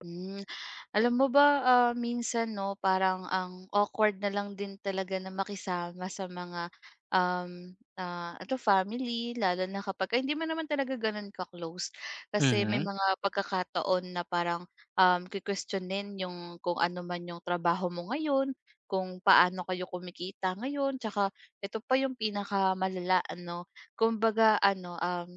Hmm. Alam mo ba, minsan 'no, parang ang awkward na lang din talaga na makisama sa mga, ano, family lalo na kapag ay hindi mo naman talaga gano'n ka-close. Kasi may Mhm, mga pagkakataon na parang, kukuwestiyonin yung kung ano man yung trabaho mo ngayon, kung paano kayo kumikita ngayon, 'tsaka ito pa yung pinakamalala ano, kumbaga ano, um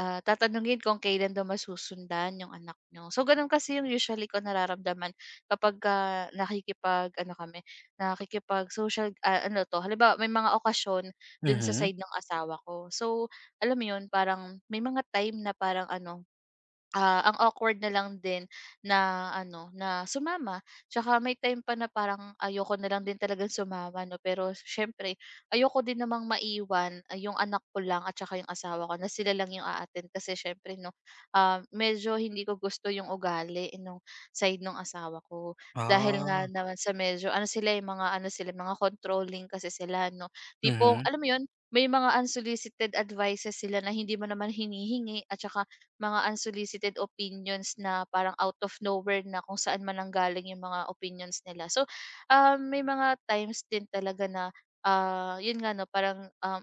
Ah, Tatanungin kung kailan daw masusundan yung anak nyo. So, gano'n kasi yung usually ko nararamdaman kapagka nakikipag-ano kami, nakikipag-social, ano 'to, halimbawa may mga okasyon do'n sa mhm. side ng asawa ko. So, alam mo 'yun, parang may mga time na parang ano. Ang awkward na lang din na ano, na sumama. Tsaka may time pa na parang ayoko na lang din talagang sumama 'no, pero siyempre ayoko din namang maiwan, yung anak ko lang at tsaka yung asawa ko na sila lang yung a-attend kasi siyempre 'no, medyo hindi ko gusto yung ugali nung side nung asawa ko. Dahil Ah, nga naman sa medyo ano sila, eh, mga ano sila, mga controlling kasi sila 'no. Tipong mhm, alam mo yun, may mga unsolicited advices sila na hindi mo naman hinihingi at tsaka mga unsolicited opinions na parang out of nowhere na kung saan man nanggaling yung mga opinions nila. So, may mga times din talaga na, yun nga 'no, parang,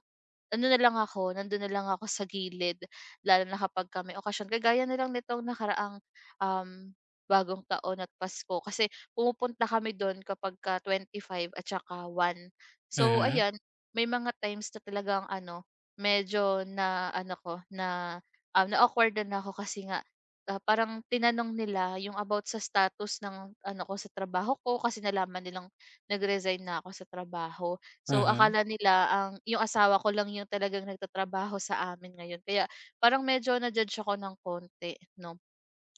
ano na lang ako, nandun na lang ako sa gilid lalo na kapag ka may okasyon. Kagaya na lang nitong nakaraang, um, Bagong Taon at Pasko kasi pumupunta kami dun kapagka 25 at saka 1. So mhm, ayan, may mga times na talagang ano, medyo na ano ko, na-awkward na ako kasi nga, parang tinanong nila yung about sa status ng ano ko sa trabaho ko kasi nalaman nilang nag-resign na ako sa trabaho. So mhm, akala nila ang yung asawa ko lang yung talagang nagtatrabaho sa amin ngayon. Kaya parang medyo na-judge ako ng konti, no?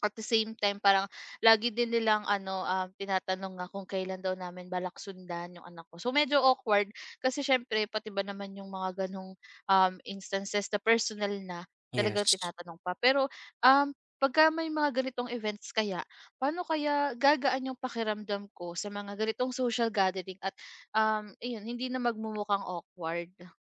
At the same time parang lagi din nilang ano, tinatanong nga kung kailan daw namin balak sundan yung anak ko. So medyo awkward kasi siyempre pati ba naman yung mga ganong, instances na personal na, talagang yes. tinatanong pa. Pero, um, pagka may mga ganitong events kaya, paano kaya gagaan yung pakiramdam ko sa mga ganitong social gathering at, ayun hindi na magmumukhang awkward,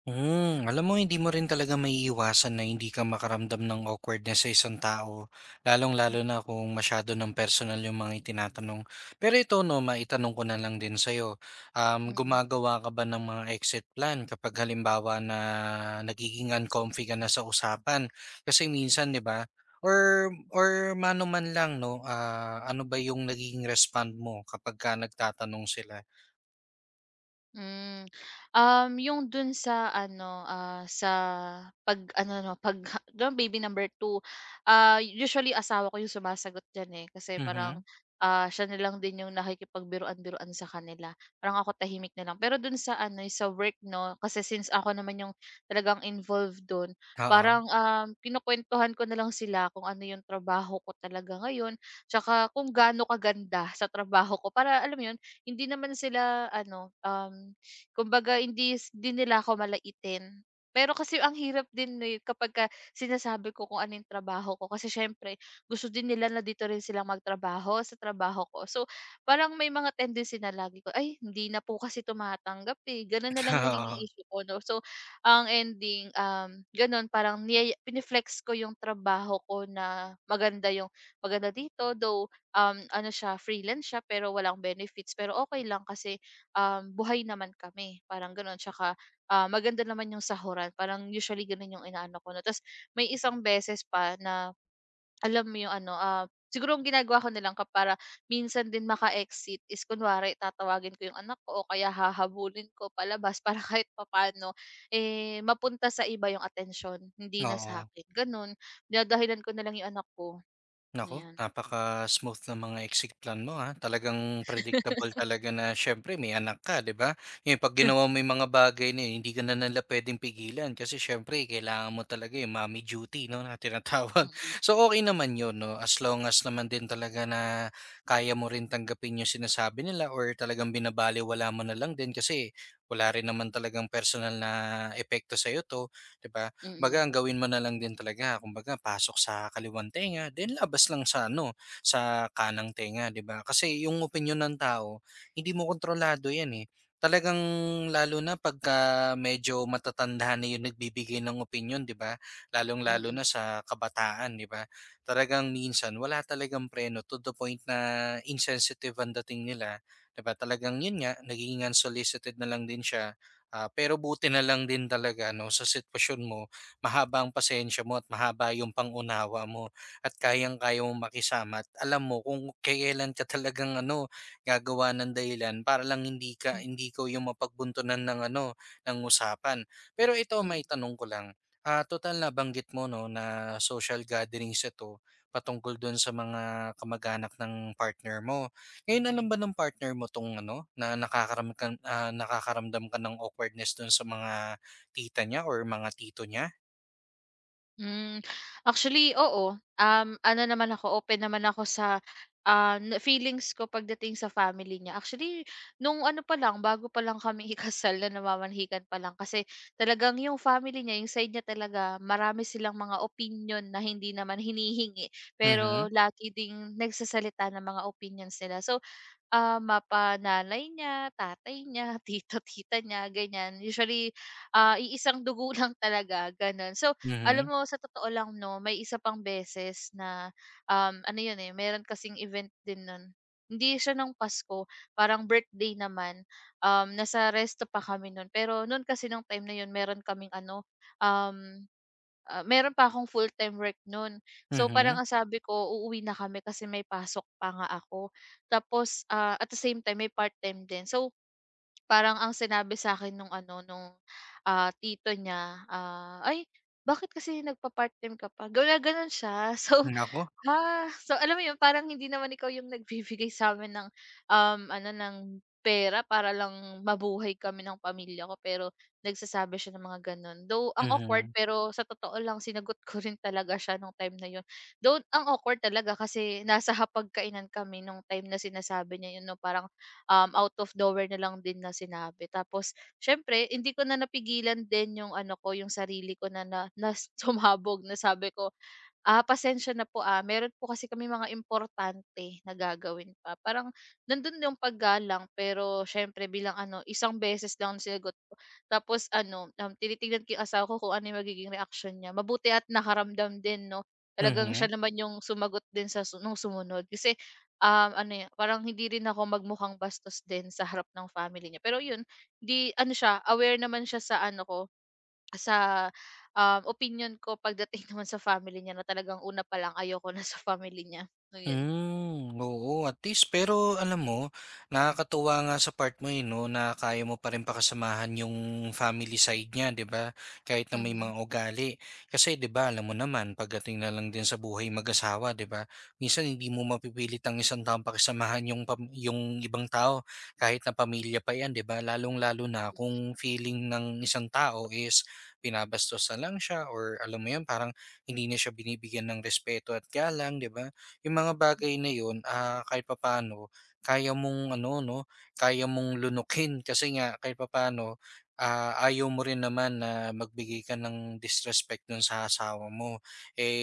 Hmm, ayan. alam mo hindi mo rin talaga maiiwasan na hindi ka makaramdam ng awkwardness sa isang tao, lalong-lalo na kung masyado ng personal yung mga itinatanong. Pero ito 'no, maitanong ko na lang din sa'yo, Mm. gumagawa ka ba ng mga exit plan kapag halimbawa na nagiging uncomfy ka na sa usapan? Kasi minsan 'di ba, or mano man lang 'no, ano ba yung nagiging respond mo kapagka nagtatanong sila? Hmm. Yung dun sa ano, sa pag-ano 'no, pag dun baby number two, usually asawa ko yung sumasagot diyan, eh, kasi parang, Mhm, siya na lang din yung nakikipagbiruan-biruan sa kanila. Parang ako tahimik na lang. Pero dun sa ano, eh, sa work 'no, kasi since ako naman yung talagang involved dun, oo, parang, kinukuwentuhan ko na lang sila kung ano yung trabaho ko talaga ngayon, tsaka kung gaano kaganda sa trabaho ko para alam mo yun, hindi naman sila ano, kumbaga hindi s din nila ako malaitin. Pero kasi ang hirap din, no, eh, kapagka sinasabi ko kung anong trabaho ko kasi siyempre gusto din nila na dito rin silang magtrabaho sa trabaho ko. So, parang may mga tendency na lagi ko, "Ay hindi na po kasi tumatanggap, eh." Gano'n na lang yung nagiging oo, issue ko 'no. So, ang ending, gano'n parang niyaya pine-flex ko yung trabaho ko na maganda yung maganda dito though ano siya freelance siya pero walang benefits pero okay lang kasi, buhay naman kami parang gano'n tsaka, maganda naman yung sahuran parang usually gano'n yung inaano ko 'no. Tapos may isang beses pa na, alam mo yung ano, siguro ang ginagawa ko na lang ka para minsan din maka-exit is kunwari tatawagin ko yung anak ko o kaya hahabulin ko palabas para kahit papaano, eh, mapunta sa iba yung atensyon hindi na oo. sa'kin gano'n, dinadahilan ko na lang yung anak ko, Nako, ayan. napaka-smooth ng mga exit plan mo, ah. Talagang predictable talaga na siyempre may anak ka, 'di ba? Yung 'pag ginawa mo yung mga bagay na yun, hindi ka na nila puwedeng pigilan kasi siyempre kailangan mo talaga yung mommy duty 'no, na tinatawag. So, okey naman yun 'no, as long as naman din talaga na kaya mo rin tanggapin yung sinasabi nila or talagang binabalewala mo na lang din kasi wala rin naman talagang personal na epekto sa sa'yo 'to, 'di ba? Mm, 'Baga ang gawin mo na lang din talaga kumbaga pasok sa kaliwang tenga then labas lang sa ano, sa kanang tenga, 'di ba? Kasi yung opinyon ng tao hindi mo kontrolado 'yan, eh. Talagang lalo na pagka medyo matatanda na yung nagbibigay ng opinyon, 'di ba? Lalong-lalo mm, na sa kabataan, 'di ba? Talagang minsan wala talagang preno to the point na insensitive ang dating nila, 'di ba? Talagang yun nga nagiging unsolicited na lang din siya, pero buti na lang din talaga 'no sa sitwasyon mo mahaba ang pasensya mo at mahaba yung pangunawa mo at kayang-kaya mong makisama at alam mo kung kailan ka talagang ano, gagawa ng dahilan para lang hindi ka hmm, hindi ko yung mapagbuntunan ng ano, ng usapan. Pero ito mm. may tanong ko lang. Total na banggit mo no na social gatherings ito patungkol doon sa mga kamag-anak ng partner mo. Ngayon alam ba ng partner mo tong ano na nakakaram ka, nakakaramdam ka ng awkwardness doon sa mga tita niya or mga tito niya? Hmm, actually oo, ano naman ako, open naman ako sa, na feelings ko pagdating sa family niya. Actually, nung ano pa lang, bago pa lang kami ikasal na namamanhikan pa lang kasi talagang yung family niya, yung side niya talaga, marami silang mga opinion na hindi naman hinihingi, Mhm, pero lagi ding nagsasalita ng mga opinions nila. So, mapananay niya, tatay niya, tito, tita niya, ganyan. Usually, iisang dugo lang talaga, gano'n. So, mhm, alam mo, sa totoo lang 'no, may isa pang beses na, ano 'yun, eh, meron kasing event din nun. Hindi siya ng Pasko, parang birthday naman. Nasa resto pa kami nun, pero nun kasi nung time na 'yun meron kaming ano, um, meron pa akong full-time work noon. So, parang mhm. ang sabi ko, uuwi na kami kasi may pasok pa nga ako. Tapos, at the same time may part-time din. So, parang ang sinabi sa akin nung ano, nung, tito niya, "Ay, bakit kasi nagpa-part-time ka pa?" Ginaganon siya. So, Naku, so alam mo 'yun, parang hindi naman ikaw yung nagbibigay sa'min ng, ano, ng pera para lang mabuhay kami ng pamilya ko, pero nagsasabi siya ng mga gano'n. Though ang awkward, mhm, pero sa totoo lang sinagot ko rin talaga siya nung time na 'yun. Though ang awkward talaga kasi nasa hapagkainan kami nung time na sinasabi niya 'yun 'no, parang, out of nowhere na lang din na sinabi. Tapos siyempre hindi ko na napigilan din yung ano ko, yung sarili ko na na na sumabog na sabi ko, Ah, pasensya na po, ah, meron po kasi kami mga importante na gagawin pa. Parang nandun yung paggalang pero siyempre bilang ano, isang beses lang ang sinagot ko. Tapos ano, tinitignan ko yung asawa ko kung ano yung magiging reaksyon niya. Mabuti at nakaramdam din 'no. Talagang siya mhm. naman yung sumagot din sa su nung sumunod. Kasi, ano, eh, parang hindi rin ako magmukhang bastos din sa harap ng family niya. Pero yun, 'di ano siya, aware naman siya sa ano ko, sa, opinyon ko pagdating naman sa family niya na talagang una pa lang ayoko na sa family niya, ayun. Hmm, oo, at least pero alam mo, nakakatuwa nga sa part mo eh, no, na kaya mo pa rin pakasamahan yung family side niya, 'di ba? Kahit na may mga Mhm. ugali. Kasi 'di ba, alam mo naman, pagdating na lang din sa buhay mag-asawa, 'di ba? Minsan hindi mo mapipilit ang isang taong pakisamahan yung pam- yung ibang tao, kahit na pamilya pa 'yan, 'di ba? Lalong-lalo na kung feeling ng isang tao is pinabastos na lang siya or alam mo 'yan, parang hindi na siya binibigyan ng respeto at galang, 'di ba? Yung mga bagay na yun, kahit papaano kaya mong ano 'no, kaya mong lunukin kasi nga kahit papaano, ayaw mo rin naman na magbigay ka ng disrespect dun sa asawa mo.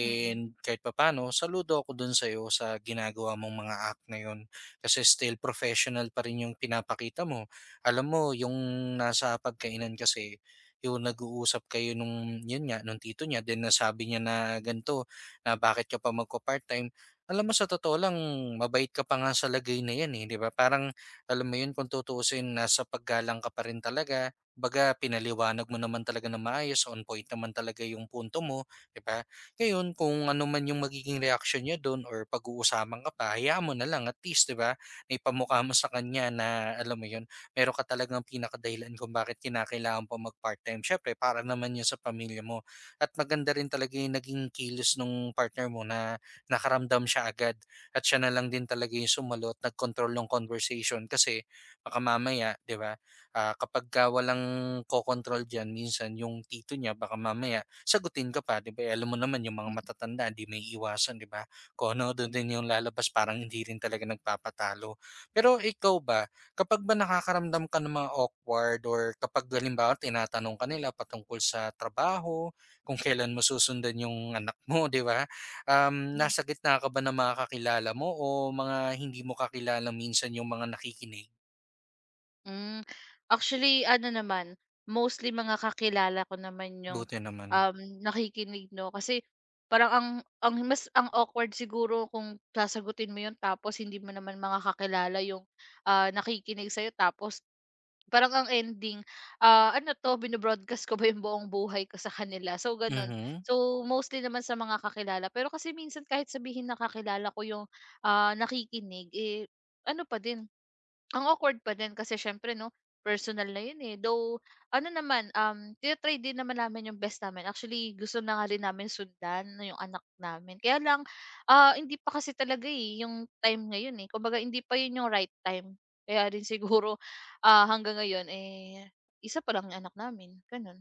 Mhm. kahit papaano saludo ako dun sa iyo sa ginagawa mong mga act na yun kasi still professional pa rin yung pinapakita mo. Alam mo yung nasa pagkainan kasi, yung nag-uusap kayo nung yun nga, nung tito niya then nasabi niya na gan'to, na bakit ka pa magpa-part-time. Alam mo sa totoo lang mabait ka pa nga sa lagay na 'yan, eh, 'di ba? Parang alam mo 'yun kung tutuusin nasa paggalang ka pa rin talaga. Baga pinaliwanag mo naman talaga na maayos, on point naman talaga yung punto mo, 'di ba? Ngayon kung ano man yung magiging reaction niya do'n or pag-uusapan ka pa, hayaan mo na lang at least, 'di ba? Naipamukha mo sa kanya na alam mo 'yun, meron ka talagang pinakadahilan kung bakit kinakailangan pa mag-part-time. Siyempre para naman 'yun sa pamilya mo at maganda rin talaga yung naging kilos nung partner mo na nakaramdam siya agad at siya na lang din talaga yung sumalot, control ng conversation kasi baka mamaya, 'di ba, kapag ka walang control diyan minsan yung tito niya baka mamaya sagutin ka pa, 'di ba? Eh, alam mo naman yung mga matatanda di may iwasan, 'di ba? Kung ano doon din yung lalabas parang hindi rin talaga nagpapatalo. Pero ikaw ba, kapag ba nakakaramdam ka ng mga awkward or kapag halimbawa tinatanong ka nila patungkol sa trabaho, kung kailan mo susundan yung anak mo, 'di ba? Mm. Nasa gitna ka ba ng mga kakilala mo o mga hindi mo kakilala minsan yung mga nakikinig? Hmm, actually ano naman, mostly mga kakilala ko naman yung, Buti naman. um, nakikinig 'no, kasi parang ang mas ang awkward siguro kung sasagutin mo yun tapos hindi mo naman mga kakilala yung, nakikinig sa'yo tapos parang ang ending, ano 'to bino ko ba yung buong buhay ko sa kanila so gano'n. Mhm. So, mostly naman sa mga kakilala pero kasi minsan kahit sabihin na kakilala ko yung, nakikinig, eh, ano pa din, ang awkward pa din kasi siyempre 'no, personal na yun, eh. Though ano naman, tina-try din naman namin yung best namin. Actually gusto na nga rin namin sundan na yung anak namin kaya lang, hindi pa kasi talaga, eh, yung time ngayon, eh. Kumbaga hindi pa yun yung right time. Kaya rin siguro hanggang ngayon, eh, isa pa lang yung anak namin, gano'n.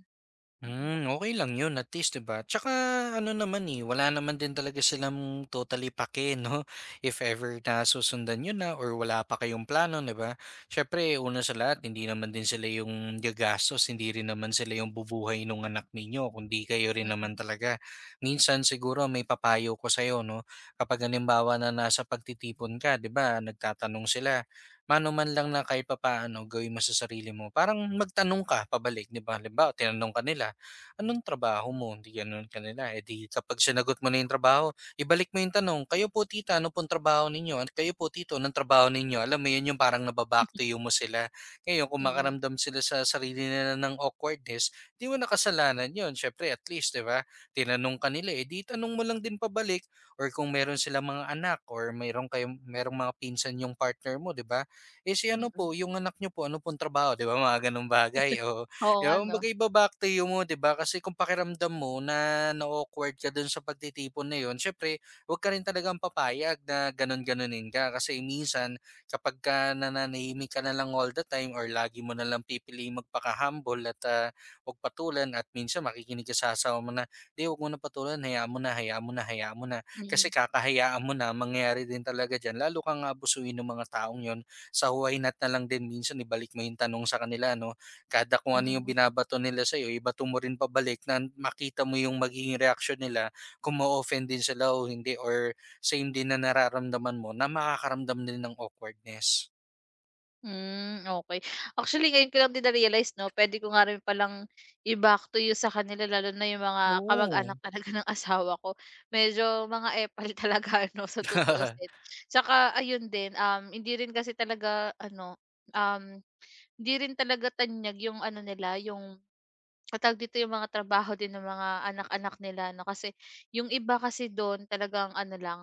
Mm, Hmm, okay lang yun at least, 'di ba? Tsaka ano naman, eh, wala naman din talaga silang totally pake 'no, if ever na susundan yun na or wala pa kayong plano, 'di ba? Siyempre una sa lahat hindi naman din sila yung gagastos, hindi rin naman sila yung bubuhay nung anak ninyo kundi kayo rin naman talaga. Minsan siguro may papayo ko sa'yo 'no, kapag halimbawa na nasa pagtitipon ka 'di ba nagtatanong sila, mano man lang na kahit papaano gawin mo sa sarili mo, parang magtanong ka pabalik, 'di ba? Halimbawa tinanong ka nila, "Anong trabaho mo?" Di gano'n ka nila. Eh, di kapag sinagot mo na yung trabaho, ibalik mo yung tanong, "Kayo po tita, ano pong trabaho ninyo? At kayo po tito, anong trabaho ninyo?" Alam mo yun, yung parang mm, naba-back to you mo sila. Ngayon kung mm, makaramdam sila sa sarili nila ng awkwardness, di mo na kasalanan yun. Siyempre at least, di ba, tinanong ka nila, eh, di itanong mo lang din pabalik or kung meron sila mga anak or meron kayong merong mga pinsan yung partner mo, di ba? "Eh, si ano mm. po, yung anak niyo po, ano pong trabaho?" Di ba, mga gano'ng bagay, o Oo 'di ba, nga 'no, kumbaga iba-back mo, 'di ba? Kasi kung pakiramdam mo na na-awkward ka dun sa pagtitipon na yun, siyempre huwag ka rin talagang papayag na ganun-ganunin ka. Kasi minsan kapag ka nananahimik ka na lang all the time or lagi mo na lang pipiliing magpaka-humble at, huwag patulan at minsan makikinig ka sa asawa mo na, "'Di, huwag mo na patulan, hayaan mo na, hayaan mo na, hayaan mo na." Kasi mm, kakahayaan mo na, mangyayari din talaga diyan lalo kang aabusuin ng mga taong yon. Sa huwayna't na lang din minsan ibalik mo yung tanong sa kanila 'no, kada kung ano yung mm. binabato nila sa'yo ibato mo rin pabalik na makita mo yung magiging reaction nila kung ma-o-offend din sila o hindi or same din na nararamdaman mo na makakaramdam din ng awkwardness. Hmm, okey. Actually, ngayon ko lang din na-realize 'no, puwede ko nga rin palang i-back to you sa kanila lalo na yung mga Oo. kamag-anak talaga ng asawa ko. Medyo mga epal talaga ano, sa tutuusin. Tsaka ayun din, hindi rin kasi talaga ano, um, hindi rin talaga tanyag yung ano nila, yung dito, yung mga trabaho din ng mga anak-anak nila 'no, kasi yung iba kasi dun talagang ano lang,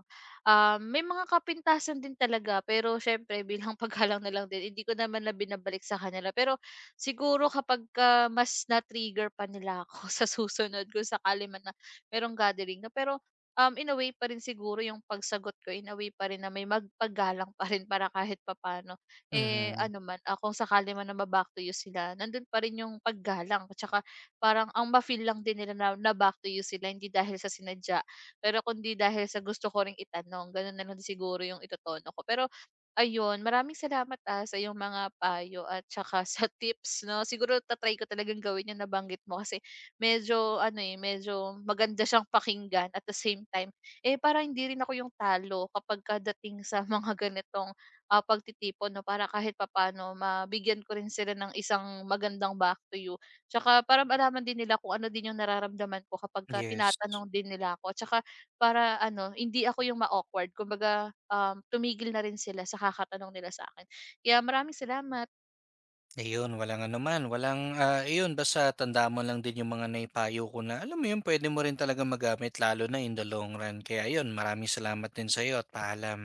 may mga kapintasan din talaga pero siyempre bilang paggalang na lang din hindi ko naman na binabalik sa kanila. Pero siguro kapagka mas na-trigger pa nila ako sa susunod kung sakali man na merong gathering 'no, pero, in a way pa rin siguro yung pagsagot ko, in a way pa rin na may magpagalang pa rin para kahit papaano, eh, Mhm, ano man, kung sakali man na ma-back to you sila nandun pa rin yung paggalang at saka parang ang ma-feel lang din nila na na back to you sila hindi dahil sa sinadya, pero kundi dahil sa gusto ko ring itanong, gano'n na lang siguro yung itotono ko. Pero ayun, maraming salamat, sa iyong mga payo at tsaka sa tips 'no. Siguro ta ko talagang gawin yung nabanggit mo kasi medyo ano, eh, medyo maganda siyang pakinggan at the same time, eh, parang hindi rin ako yung talo kapag dating sa mga ganitong, pagtitipon 'no, para kahit papaano mabigyan ko rin sila ng isang magandang back to you. Tsaka para malaman din nila kung ano din yung nararamdaman ko kapag kapagka yes. tinatanong din nila ako. Tsaka para ano, hindi ako yung ma-awkward kumbaga, tumigil na rin sila sa kakatanong nila sa akin. Kaya maraming salamat. Ayun, walang anuman, walang, iyon basta tandaan mo lang din yung mga naipayo ko na alam mo yun, pwede mo rin talaga magamit lalo na in the long run. Kaya yun, maraming salamat din sa'yo at paalam.